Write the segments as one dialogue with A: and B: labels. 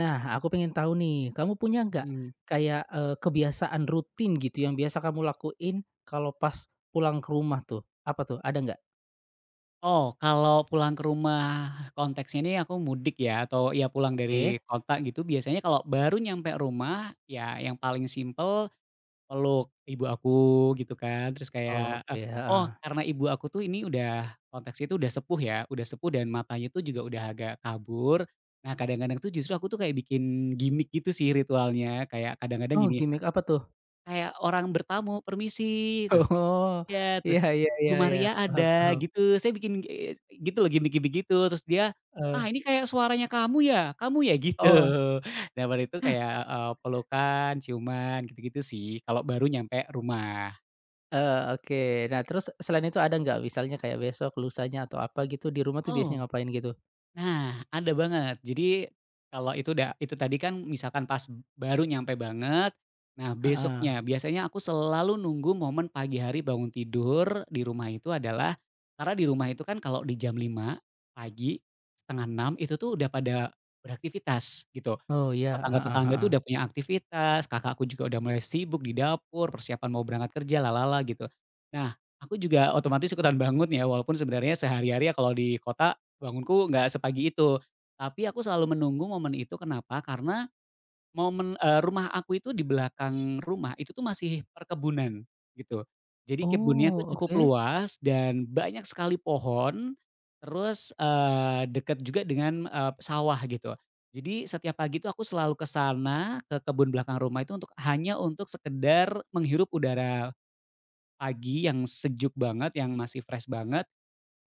A: Nah, aku pengen tahu nih, kamu punya nggak
B: Mmm,
A: kayak, kebiasaan rutin gitu yang biasa kamu lakuin kalau pas pulang ke rumah tuh? Apa tuh, ada nggak?
B: oh kalau pulang ke rumah konteksnya ini aku mudik ya atau ya pulang
A: Oke.
B: dari kota gitu biasanya kalau baru nyampe rumah ya yang paling simpel peluk ibu aku gitu kan terus
A: Oh,
B: kayak,
A: oke,
B: oh
A: heeh.
B: karena ibu aku tuh ini udah konteksnya itu udah sepuh ya udah sepuh dan matanya tuh juga udah agak kabur. Nah kadang-kadang tuh justru aku tuh kayak bikin gimik gitu sih ritualnya kayak kadang-kadang
A: Oh,
B: gini
A: gimmick apa tuh?
B: kayak orang bertamu, "Permisi," terus
A: Oh,
B: Iya,
A: iya
B: terus
A: iya
B: Bu
A: iya iya,
B: Maria
A: paham
B: ada
A: paham.
B: gitu, saya bikin, gitu loh gimik-gimik gitu, terus dia, "Ah
A: Heeh.
B: ini kayak suaranya kamu ya kamu ya?" Gitu.
A: Oh,
B: Nah baru itu kayak, pelukan, ciuman gitu-gitu sih, kalau baru nyampe rumah.
A: oke. Nah, terus selain itu ada nggak misalnya kayak besok, lusanya, atau apa gitu di rumah tuh
B: Oh.
A: biasanya ngapain gitu?
B: Nah, ada banget. Jadi, kalau itu udah itu tadi kan misalkan pas baru nyampe banget, nah
A: Heeh.
B: besoknya biasanya aku selalu nunggu momen pagi hari bangun tidur di rumah itu adalah karena di rumah itu kan kalau di jam 5 pagi, 05.30 itu tuh udah pada beraktivitas gitu.
A: Oh, iya, heeh
B: Tetangga-tetangga itu
A: heeh.
B: udah punya aktivitas, kakakku juga udah mulai sibuk di dapur, persiapan mau berangkat kerja, lalala gitu. Nah, aku juga otomatis ikutan bangun ya, walaupun sebenarnya sehari-hari ya kalau di kota bangunku nggak sepagi itu. Tapi aku selalu menunggu momen itu kenapa, karena Momen, rumah aku itu di belakang rumah itu tuh masih perkebunan gitu. Jadi kebunnya tuh
A: Oh,
B: cukup
A: oke.
B: luas dan banyak sekali pohon, terus, dekat juga dengan, sawah gitu. Jadi setiap pagi tuh aku selalu ke sana, ke kebun belakang rumah itu untuk hanya untuk sekedar menghirup udara pagi yang sejuk banget, yang masih fresh banget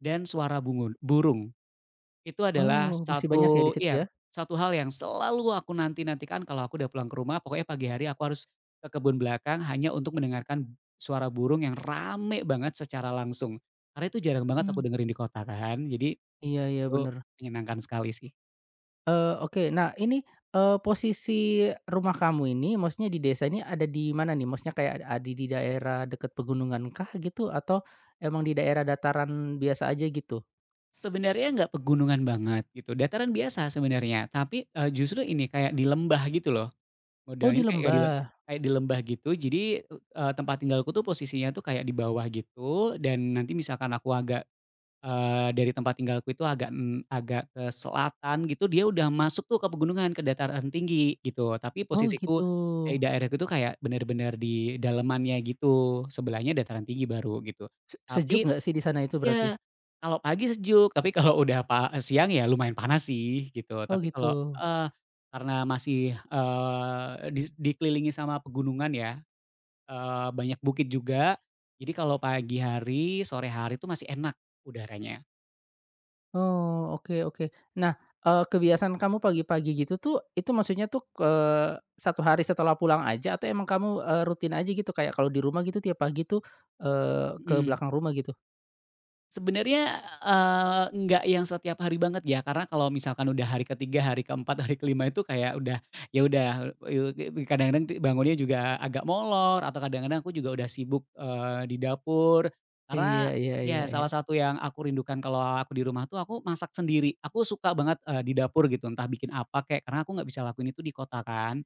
B: dan suara bungun burung. Itu adalah
A: Oh, masih banyak ya di situ ya?
B: satu hal yang selalu aku nanti-nantikan kalau aku udah pulang ke rumah, pokoknya pagi hari aku harus ke kebun belakang hanya untuk mendengarkan suara burung yang rame banget secara langsung. Karena itu jarang banget
A: Mmm,
B: aku dengerin di kota kan, jadi
A: iya iya,
B: itu
A: bener.
B: menyenangkan sekali sih.
A: Oke. Nah ini, posisi rumah kamu ini maksudnya di desa ini ada di mana nih? Maksudnya kayak ada di daerah dekat pegunungan kah gitu atau emang di daerah dataran biasa aja gitu?
B: Sebenarnya nggak pegunungan banget gitu, dataran biasa sebenarnya, tapi, justru ini kayak di lembah gitu loh,
A: Oh di
B: modelnya kayak kayak di le
A: lembah.
B: kayak di lembah gitu. Jadi, tempat tinggalku tuh posisinya tuh kayak di bawah gitu dan nanti misalkan aku agak dari tempat tinggalku itu agak, agak ke selatan gitu, dia udah masuk tuh ke pegunungan, ke dataran tinggi gitu. Tapi
A: Oh
B: posisiku,
A: gitu.
B: eh, di daerahku tuh kayak bener-bener di dalemannya gitu, sebelahnya dataran tinggi baru gitu.
A: Sejuk
B: Tapi
A: nggak sih di sana itu berarti?
B: ya, kalau pagi sejuk, tapi kalau udah siang ya lumayan panas sih gitu.
A: Oh
B: Tapi kalau
A: gitu.
B: heeh, karena masih, dikelilingi sama pegunungan ya, banyak bukit juga, jadi kalau pagi hari, sore hari tuh masih enak udaranya.
A: Oh oke oke. Nah, kebiasaan kamu pagi-pagi gitu tuh itu maksudnya tuh, 1 hari setelah pulang aja atau emang kamu, rutin aja gitu kayak kalau di rumah gitu tiap pagi tuh, ke
B: Mhm.
A: belakang rumah gitu?
B: Sebenarnya, enggak yang setiap hari banget ya, karena kalau misalkan udah hari ke-3, hari ke-4, hari ke-5 itu kayak udah, ya udah, kadang-kadang bangunnya juga agak molor atau kadang-kadang aku juga udah sibuk, di dapur.
A: Iya
B: Karena
A: iya iya
B: ya
A: iya.
B: salah satu yang aku rindukan kalau aku di rumah tuh aku masak sendiri. Aku suka banget, di dapur gitu, entah bikin apa kayak karena aku nggak bisa lakuin itu di kota kan.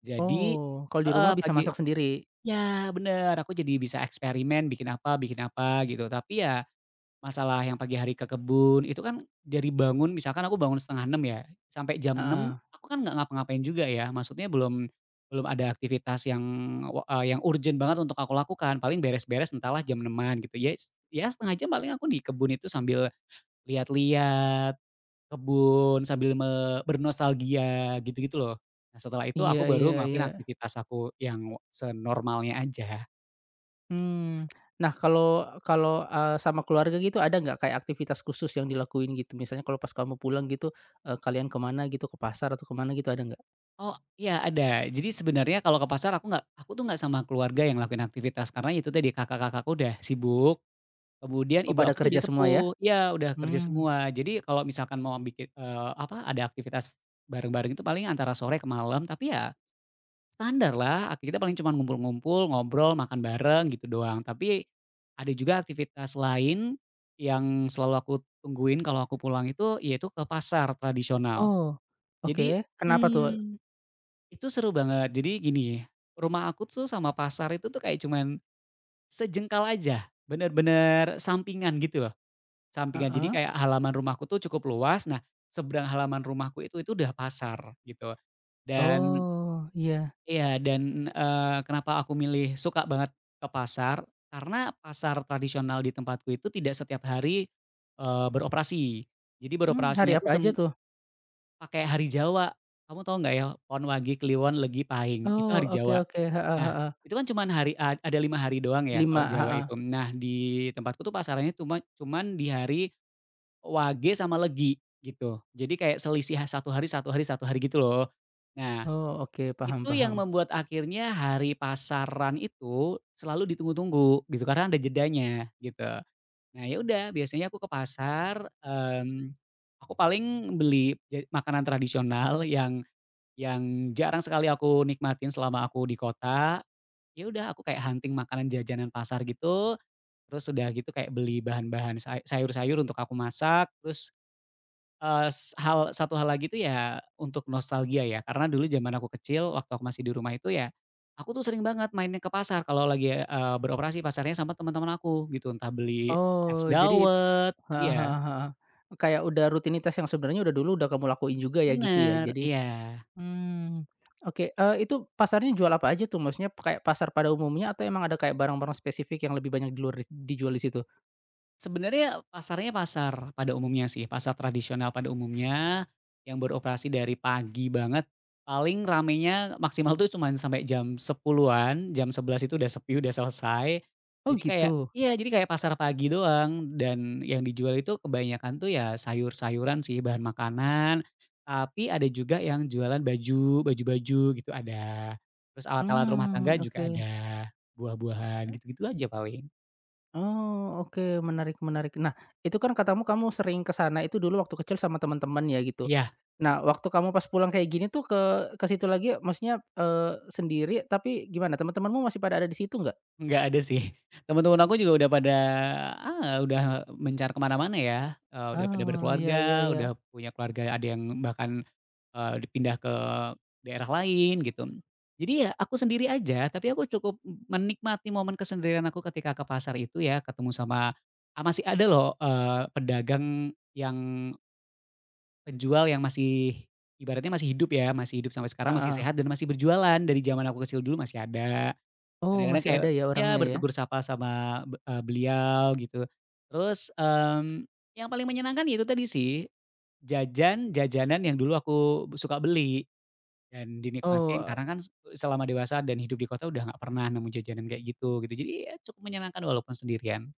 B: Jadi
A: Oh, kalau di rumah
B: heeh,
A: bisa
B: pagi
A: masak sendiri?
B: ya bener, aku jadi bisa eksperimen bikin apa gitu. Tapi ya Masalah yang pagi hari ke kebun, itu kan dari bangun misalkan aku bangun 05.30 ya, sampai jam 6
A: Heeh.
B: aku kan nggak ngapa-ngapain juga ya, maksudnya belum belum ada aktivitas yang urgent banget untuk aku lakukan, paling beres-beres entahlah jam enaman gitu, ya s ya setengah jam paling aku di kebun itu sambil lihat-lihat kebun, sambil bernostalgia gitu-gitu loh. Nah setelah itu aku
A: Iya
B: baru
A: iya
B: ngelakuin
A: iya.
B: aktivitas aku yang senormalnya aja.
A: Mmm. Nah, kalau kalau, sama keluarga gitu ada nggak kayak aktivitas khusus yang dilakuin gitu? Misalnya kalau pas kamu pulang gitu, kalian ke mana gitu, ke pasar atau ke mana gitu ada nggak?
B: Oh, iya ada. Jadi sebenarnya kalau ke pasar aku tuh nggak sama keluarga yang ngelakuin aktivitas, karena itu tadi kakak-kakakku udah sibuk, kemudian
A: Oh,
B: ibu
A: pada
B: aku tuh
A: kerja
B: udah
A: semua
B: sepuh
A: ya?
B: ya udah kerja
A: Mmm.
B: semua. Jadi kalau misalkan mau bikin, apa, ada aktivitas bareng-bareng itu paling antara sore ke malam, tapi ya standar lah, kita paling cuma ngumpul-ngumpul, ngobrol, makan bareng gitu doang. Tapi ada juga aktivitas lain yang selalu aku tungguin kalau aku pulang itu, yaitu ke pasar tradisional.
A: Oh,
B: Jadi
A: oke. Kenapa tuh?
B: hmm. Itu seru banget. Jadi gini, rumah aku tuh sama pasar itu tuh kayak cuman sejengkal aja, bener-bener sampingan gitu loh, sampingan. Jadi
A: Heeh.
B: kayak halaman rumahku tuh cukup luas, nah seberang halaman rumahku itu udah pasar gitu. Dan
A: Oh, iya.
B: iya, dan, kenapa aku milih suka banget ke pasar, karena pasar tradisional di tempatku itu tidak setiap hari, beroperasi. Jadi
A: Mmm, hari
B: beroperasinya tuh
A: apa aja tuh?
B: pakai hari Jawa. Kamu tahu nggak ya? Pon, Wage, Kliwon, Legi, Pahing, itu
A: Oh,
B: hari
A: oke
B: Jawa.
A: oke. Heeh
B: Nah,
A: heeh.
B: itu kan cuman hari ada 5 hari doang ya kalau
A: 5
B: Jawa
A: heeh.
B: itu. Nah, di tempatku tuh pasarannya cuman di hari Wage sama Legi gitu. Jadi kayak selisih 1 hari satu hari satu hari gitu loh. Nah,
A: Oh, oke, paham
B: itu
A: paham.
B: yang membuat akhirnya hari pasaran itu selalu ditunggu-tunggu gitu karena ada jedanya gitu. Nah, ya udah biasanya aku ke pasar, aku paling beli makanan tradisional yang jarang sekali aku nikmatin selama aku di kota. Ya udah aku kayak hunting makanan jajanan pasar gitu, terus udah gitu kayak beli bahan-bahan sayur-sayur untuk aku masak, terus, s hal satu hal lagi tuh ya untuk nostalgia ya, karena dulu zaman aku kecil waktu aku masih di rumah itu ya, aku tuh sering banget mainnya ke pasar kalau lagi, beroperasi pasarnya sama teman-teman aku gitu, entah beli es
A: Oh, jadi
B: dawet
A: heeh
B: iya,
A: heeh heeh. Kayak udah rutinitas yang sebenarnya udah dulu udah kamu lakuin juga ya gitu ya?
B: bener,
A: Jadi
B: iya.
A: mmm, oke, itu pasarnya jual apa aja tuh? Maksudnya kayak pasar pada umumnya atau emang ada kayak barang-barang spesifik yang lebih banyak di luar dijual di situ?
B: Sebenarnya pasarnya pasar pada umumnya sih, pasar tradisional pada umumnya, yang beroperasi dari pagi banget, paling ramenya maksimal tuh cuman sampai jam 10-an jam 11 itu udah sepi, udah selesai.
A: Oh
B: Jadi kayak
A: gitu?
B: iya, jadi kayak pasar pagi doang dan yang dijual itu kebanyakan tuh ya sayur-sayuran sih, bahan makanan, tapi ada juga yang jualan baju, baju-baju gitu ada, terus alat-alat rumah tangga
A: Mmm, oke.
B: juga ada, buah-buahan, gitu-gitu aja paling.
A: Oh oke, menarik menarik. Nah, itu kan katamu kamu sering ke sana itu dulu waktu kecil sama teman-teman ya gitu.
B: Iya.
A: Nah, waktu kamu pas pulang kayak gini tuh ke situ lagi maksudnya, sendiri tapi gimana teman-temanmu masih pada ada di situ nggak?
B: Nggak ada sih. Teman-teman aku juga udah pada, ah, udah mencar kemana mana-mana ya, udah pada
A: Oh, iya
B: berkeluarga,
A: iya
B: udah
A: iya.
B: punya keluarga, ada yang bahkan, pindah ke daerah lain gitu. Jadi ya aku sendiri aja, tapi aku cukup menikmati momen kesendirian aku ketika ke pasar itu ya, ketemu sama ah, masih ada loh, pedagang yang penjual yang masih ibaratnya masih hidup ya, masih hidup sampai sekarang, masih
A: Heeh.
B: sehat dan masih berjualan, dari zaman aku kecil dulu masih ada.
A: Oh,
B: Kadang-kadang
A: masih
B: kayak
A: ada ya
B: ya
A: orangnya ya?
B: bertegur sapa sama beliau gitu. Terus, yang paling menyenangkan ya itu tadi sih, jajan jajanan yang dulu aku suka beli dan dinikmatin
A: Oh
B: karena kan selama dewasa dan hidup di kota udah nggak pernah nemu jajanan kayak gitu, gitu. Jadi ya cukup menyenangkan walaupun sendirian.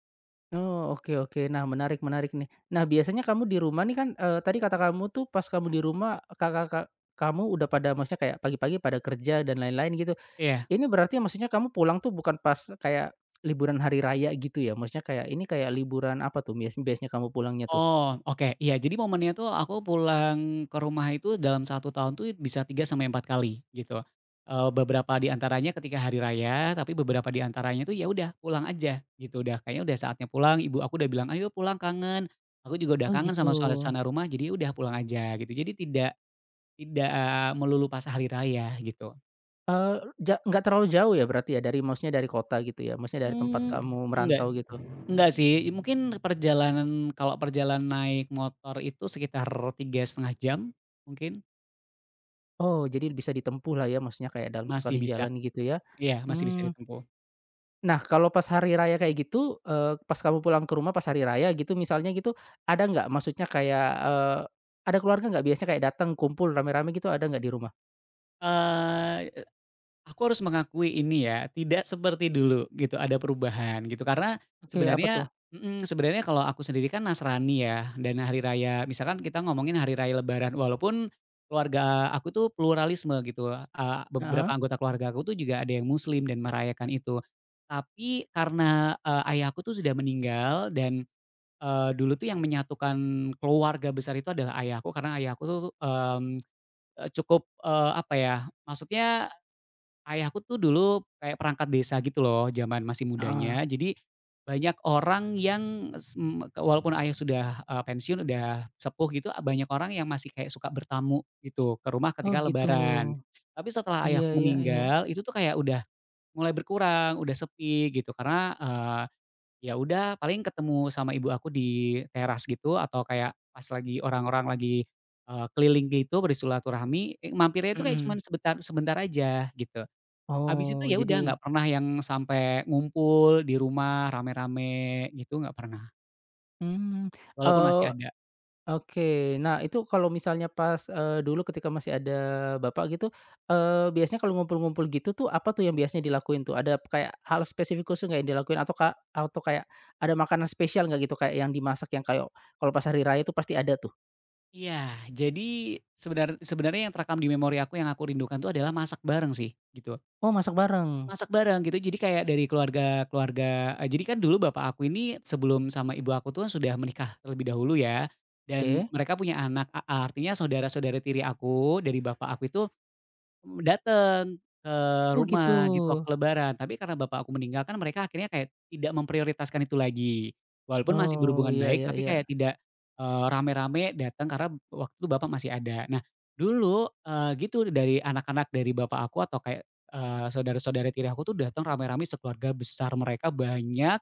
A: oh, oke oke. Nah, menarik menarik nih. Nah, biasanya kamu di rumah nih kan, tadi kata kamu tuh pas kamu di rumah kakak-kakak kamu udah pada maksudnya kayak pagi-pagi pada kerja dan lain-lain gitu.
B: Iya.
A: Ini berarti maksudnya kamu pulang tuh bukan pas kayak liburan hari raya gitu ya? Maksudnya kayak ini kayak liburan apa tuh biasanya kamu pulangnya tuh?
B: Oh, oke. Iya, jadi momennya tuh aku pulang ke rumah itu dalam satu tahun tuh bisa 3 sampai 4 kali, gitu. Beberapa di antaranya ketika hari raya, tapi beberapa di antaranya tuh ya udah pulang aja, gitu. Udah kayaknya udah saatnya pulang, ibu aku udah bilang, "Ayo pulang, kangen." Aku juga udah
A: Oh
B: kangen
A: gitu.
B: sama suasana rumah, jadi ya udah pulang aja, gitu. Jadi tidak tidak, melulu pas hari raya, gitu.
A: Eee, nggak terlalu jauh ya berarti ya dari maksudnya dari kota gitu ya? Maksudnya dari tempat
B: Mmm.
A: kamu
B: Enggak
A: merantau gitu?
B: enggak sih, mungkin perjalanan kalau perjalanan naik motor itu sekitar 3,5 jam, mungkin.
A: Oh, jadi bisa ditempuh lah ya, maksudnya kayak dalam
B: Masih
A: sekali
B: bisa
A: jalan gitu ya.
B: iya, masih bisa
A: Hmm,
B: ditempuh.
A: nah kalau pas hari raya kayak gitu, pas kamu pulang ke rumah pas hari raya gitu misalnya gitu, ada nggak maksudnya kayak, ada keluarga nggak biasanya kayak datang kumpul rame-rame gitu ada nggak di rumah?
B: Eee, aku harus mengakui ini ya, tidak seperti dulu gitu, ada perubahan gitu. Karena
A: Oke, apa tuh?
B: sebenarnya mhm, sebenarnya kalau aku sendiri kan Nasrani ya, dan hari raya misalkan kita ngomongin hari raya lebaran, walaupun keluarga aku tuh pluralisme gitu, beberapa
A: Heeh
B: anggota keluarga aku tuh juga ada yang muslim dan merayakan itu. Tapi karena, ayahku tuh sudah meninggal dan, dulu tuh yang menyatukan keluarga besar itu adalah ayahku, karena ayahku tuh, cukup, apa ya, maksudnya ayahku tuh dulu kayak perangkat desa gitu loh zaman masih
A: heeh.
B: mudanya. Jadi banyak orang yang walaupun ayah sudah, pensiun, udah sepuh gitu, ah, banyak orang yang masih kayak suka bertamu gitu ke rumah
A: Oh
B: ketika
A: gitu.
B: lebaran. Tapi setelah
A: Iya
B: ayahku
A: iya iya.
B: meninggal, itu tuh kayak udah mulai berkurang, udah sepi gitu karena, Ya udah paling ketemu sama ibu aku di teras gitu atau kayak pas lagi orang-orang lagi, keliling gitu bersilaturahmi, mampirnya itu kayak cuman
A: Mhm.
B: sebentar sebentar aja gitu. Abis itu
A: Oh
B: ya udah
A: jadi
B: nggak pernah yang sampai ngumpul di rumah rame-rame gitu nggak pernah,
A: mmm,
B: walaupun masih ada.
A: oke. Nah, itu kalau misalnya pas, dulu ketika masih ada Bapak gitu, biasanya kalau ngumpul-ngumpul gitu tuh, apa tuh yang biasanya dilakuin tuh? Ada kayak hal spesifik khusus nggak yang dilakuin? Atau atau kayak ada makanan spesial nggak gitu, kayak yang dimasak yang kayak kalau pas hari raya tuh pasti ada tuh?
B: Iya, jadi sebenarnya yang terekam di memori aku yang aku rindukan tuh adalah masak bareng sih gitu.
A: Oh, masak bareng?
B: Masak bareng gitu, jadi kayak dari keluarga keluarga eee, jadi kan dulu bapak aku ini sebelum sama ibu aku tuh sudah menikah terlebih dahulu ya, dan
A: Oke.
B: mereka punya anak, artinya saudara-saudara tiri aku dari bapak aku itu dateng ke
A: Oh, gitu.
B: rumah gitu waktu lebaran, tapi karena bapak aku meninggal kan mereka akhirnya kayak tidak memprioritaskan itu lagi. Walaupun masih
A: Oh,
B: berhubungan
A: iya
B: baik,
A: iya
B: tapi
A: iya.
B: kayak tidak, rame-rame datang karena waktu itu bapak masih ada. Nah dulu, gitu dari anak-anak dari bapak aku atau kayak, saudara-saudara tiri aku tuh datang rame-rame sekeluarga besar, mereka banyak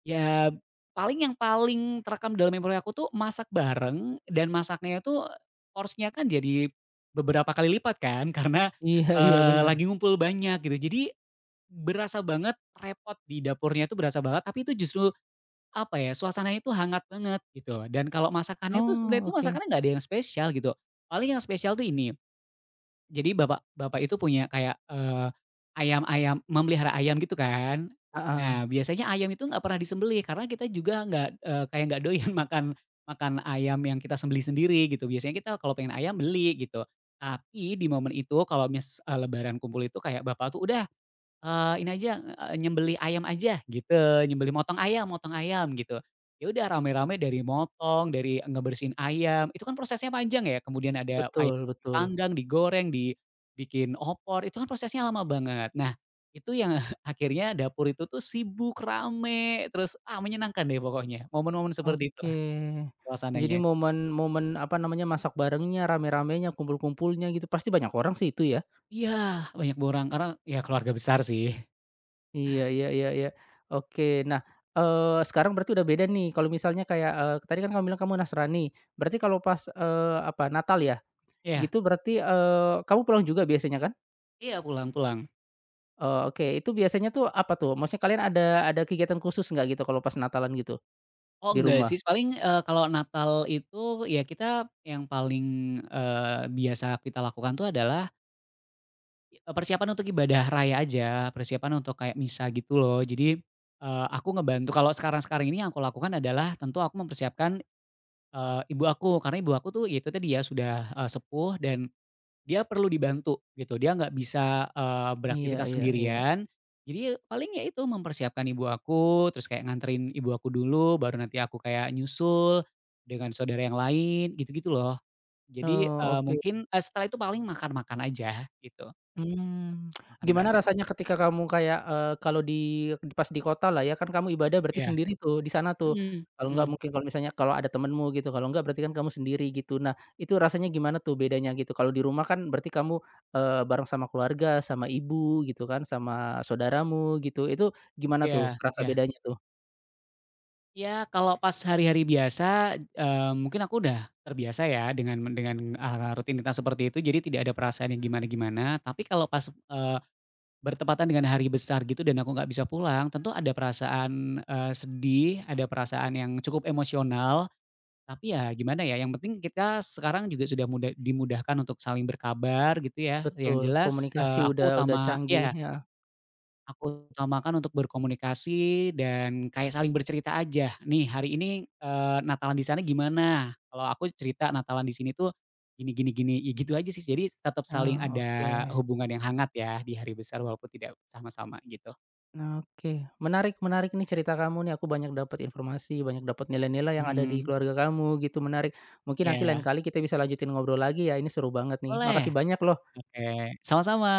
B: Ya, paling yang paling terekam dalam memori aku tuh masak bareng dan masaknya tuh porsinya kan jadi beberapa kali lipat kan karena,
A: Iya iya, bener.
B: lagi ngumpul banyak gitu. Jadi berasa banget repot di dapurnya tuh berasa banget, tapi itu justru apa ya, suasananya itu hangat banget gitu. Dan kalau masakannya tuh sebenarnya
A: Oh,
B: tuh
A: oke.
B: masakannya nggak ada yang spesial gitu. Paling yang spesial tuh ini jadi bapak bapak itu punya kayak, ayam-ayam memelihara ayam gitu kan.
A: Ah
B: Nah,
A: ah,
B: biasanya ayam itu nggak pernah disembelih karena kita juga nggak, kayak nggak doyan makan makan ayam yang kita sembelih sendiri gitu. Biasanya kita kalau pengen ayam beli gitu. Tapi di momen itu kalau lebaran kumpul itu kayak bapak tuh, "Udah ini aja, nyembelih ayam aja gitu, nyembelih motong ayam gitu. Ya udah rame-rame dari motong, dari ngebersihin ayam, itu kan prosesnya panjang ya, kemudian ada ayam
A: betul betul.
B: dipanggang, digoreng, dibikin opor, itu kan prosesnya lama banget. Nah, itu yang akhirnya dapur itu tuh sibuk, rame, terus, ah, menyenangkan deh pokoknya. Momen-momen seperti itulah
A: Oke. Jadi
B: suasananya.
A: momen momen, apa namanya, masak barengnya, rame-ramenya, kumpul-kumpulnya gitu, pasti banyak orang sih itu ya?
B: Iya, banyak borang, karena ya keluarga besar sih.
A: Iya iya iya iya. Oke. Nah, sekarang berarti udah beda nih kalau misalnya kayak, tadi kan kamu bilang kamu Nasrani, berarti kalau pas, apa, Natal ya,
B: Iya
A: gitu berarti, kamu pulang juga biasanya kan?
B: iya, pulang pulang.
A: Oke, itu biasanya tuh apa tuh? Maksudnya kalian ada kegiatan khusus nggak gitu kalau pas Natalan gitu,
B: Oh
A: di
B: enggak
A: rumah?
B: sih, paling, kalau Natal itu ya kita yang paling, biasa kita lakukan tuh adalah, persiapan untuk ibadah raya aja, persiapan untuk kayak misa gitu loh. Jadi, aku ngebantu kalau sekarang-sekarang ini yang aku lakukan adalah tentu aku mempersiapkan, ibu aku, karena ibu aku tuh ya itu tadi ya sudah, sepuh dan dia perlu dibantu gitu, dia nggak bisa,
A: Iya
B: beraktivitas
A: iya iya.
B: sendirian. Jadi paling ya itu mempersiapkan ibu aku, terus kayak nganterin ibu aku dulu, baru nanti aku kayak nyusul dengan saudara yang lain, gitu-gitu loh. Jadi,
A: Oh, oke.
B: mungkin, setelah itu paling makan-makan aja gitu,
A: Mmm,
B: makan
A: gimana mhm
B: bareng.
A: rasanya ketika kamu kayak, kalau di pas di kota lah ya, kan kamu ibadah berarti
B: Iya,
A: sendiri tuh, di sana tuh.
B: mhm
A: Kalau nggak
B: mhm,
A: mungkin kalau misalnya kalau ada temenmu gitu, kalau nggak berarti kan kamu sendiri gitu. Nah, itu rasanya gimana tuh bedanya gitu? Kalau di rumah kan berarti kamu, bareng sama keluarga, sama ibu gitu kan, sama saudaramu gitu. Itu gimana tuh
B: iya
A: kerasa
B: iya.
A: bedanya tuh?
B: Ya kalau pas hari-hari biasa, mungkin aku udah terbiasa ya dengan, rutinitas seperti itu, jadi tidak ada perasaan yang gimana-gimana. Tapi kalau pas, Bertepatan dengan hari besar gitu dan aku nggak bisa pulang, tentu ada perasaan, sedih, ada perasaan yang cukup emosional, tapi ya gimana ya, yang penting kita sekarang juga sudah muda dimudahkan untuk saling berkabar gitu ya. Yang
A: Betul,
B: jelas, eee,
A: komunikasi
B: aku
A: udah
B: utama
A: canggih,
B: ya
A: heeh.
B: Aku utamakan untuk berkomunikasi dan kayak saling bercerita aja, "Nih hari ini, Natalan di sana gimana?" Kalau aku cerita, "Natalan di sini tuh gini gini gini," ya gitu aja sih. Jadi tetap saling
A: Oh, oke.
B: ada hubungan yang hangat ya di hari besar walaupun tidak sama-sama gitu.
A: Oke, menarik menarik nih cerita kamu nih, aku banyak dapat informasi, banyak dapat nilai-nilai yang ada di
B: Mhm,
A: keluarga kamu gitu, menarik. Mungkin nanti lain
B: iya,
A: kali kita bisa lanjutin ngobrol lagi ya, ini seru banget nih. Makasih
B: boleh.
A: banyak loh
B: Oke, sama-sama,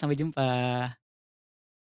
B: sampai jumpa.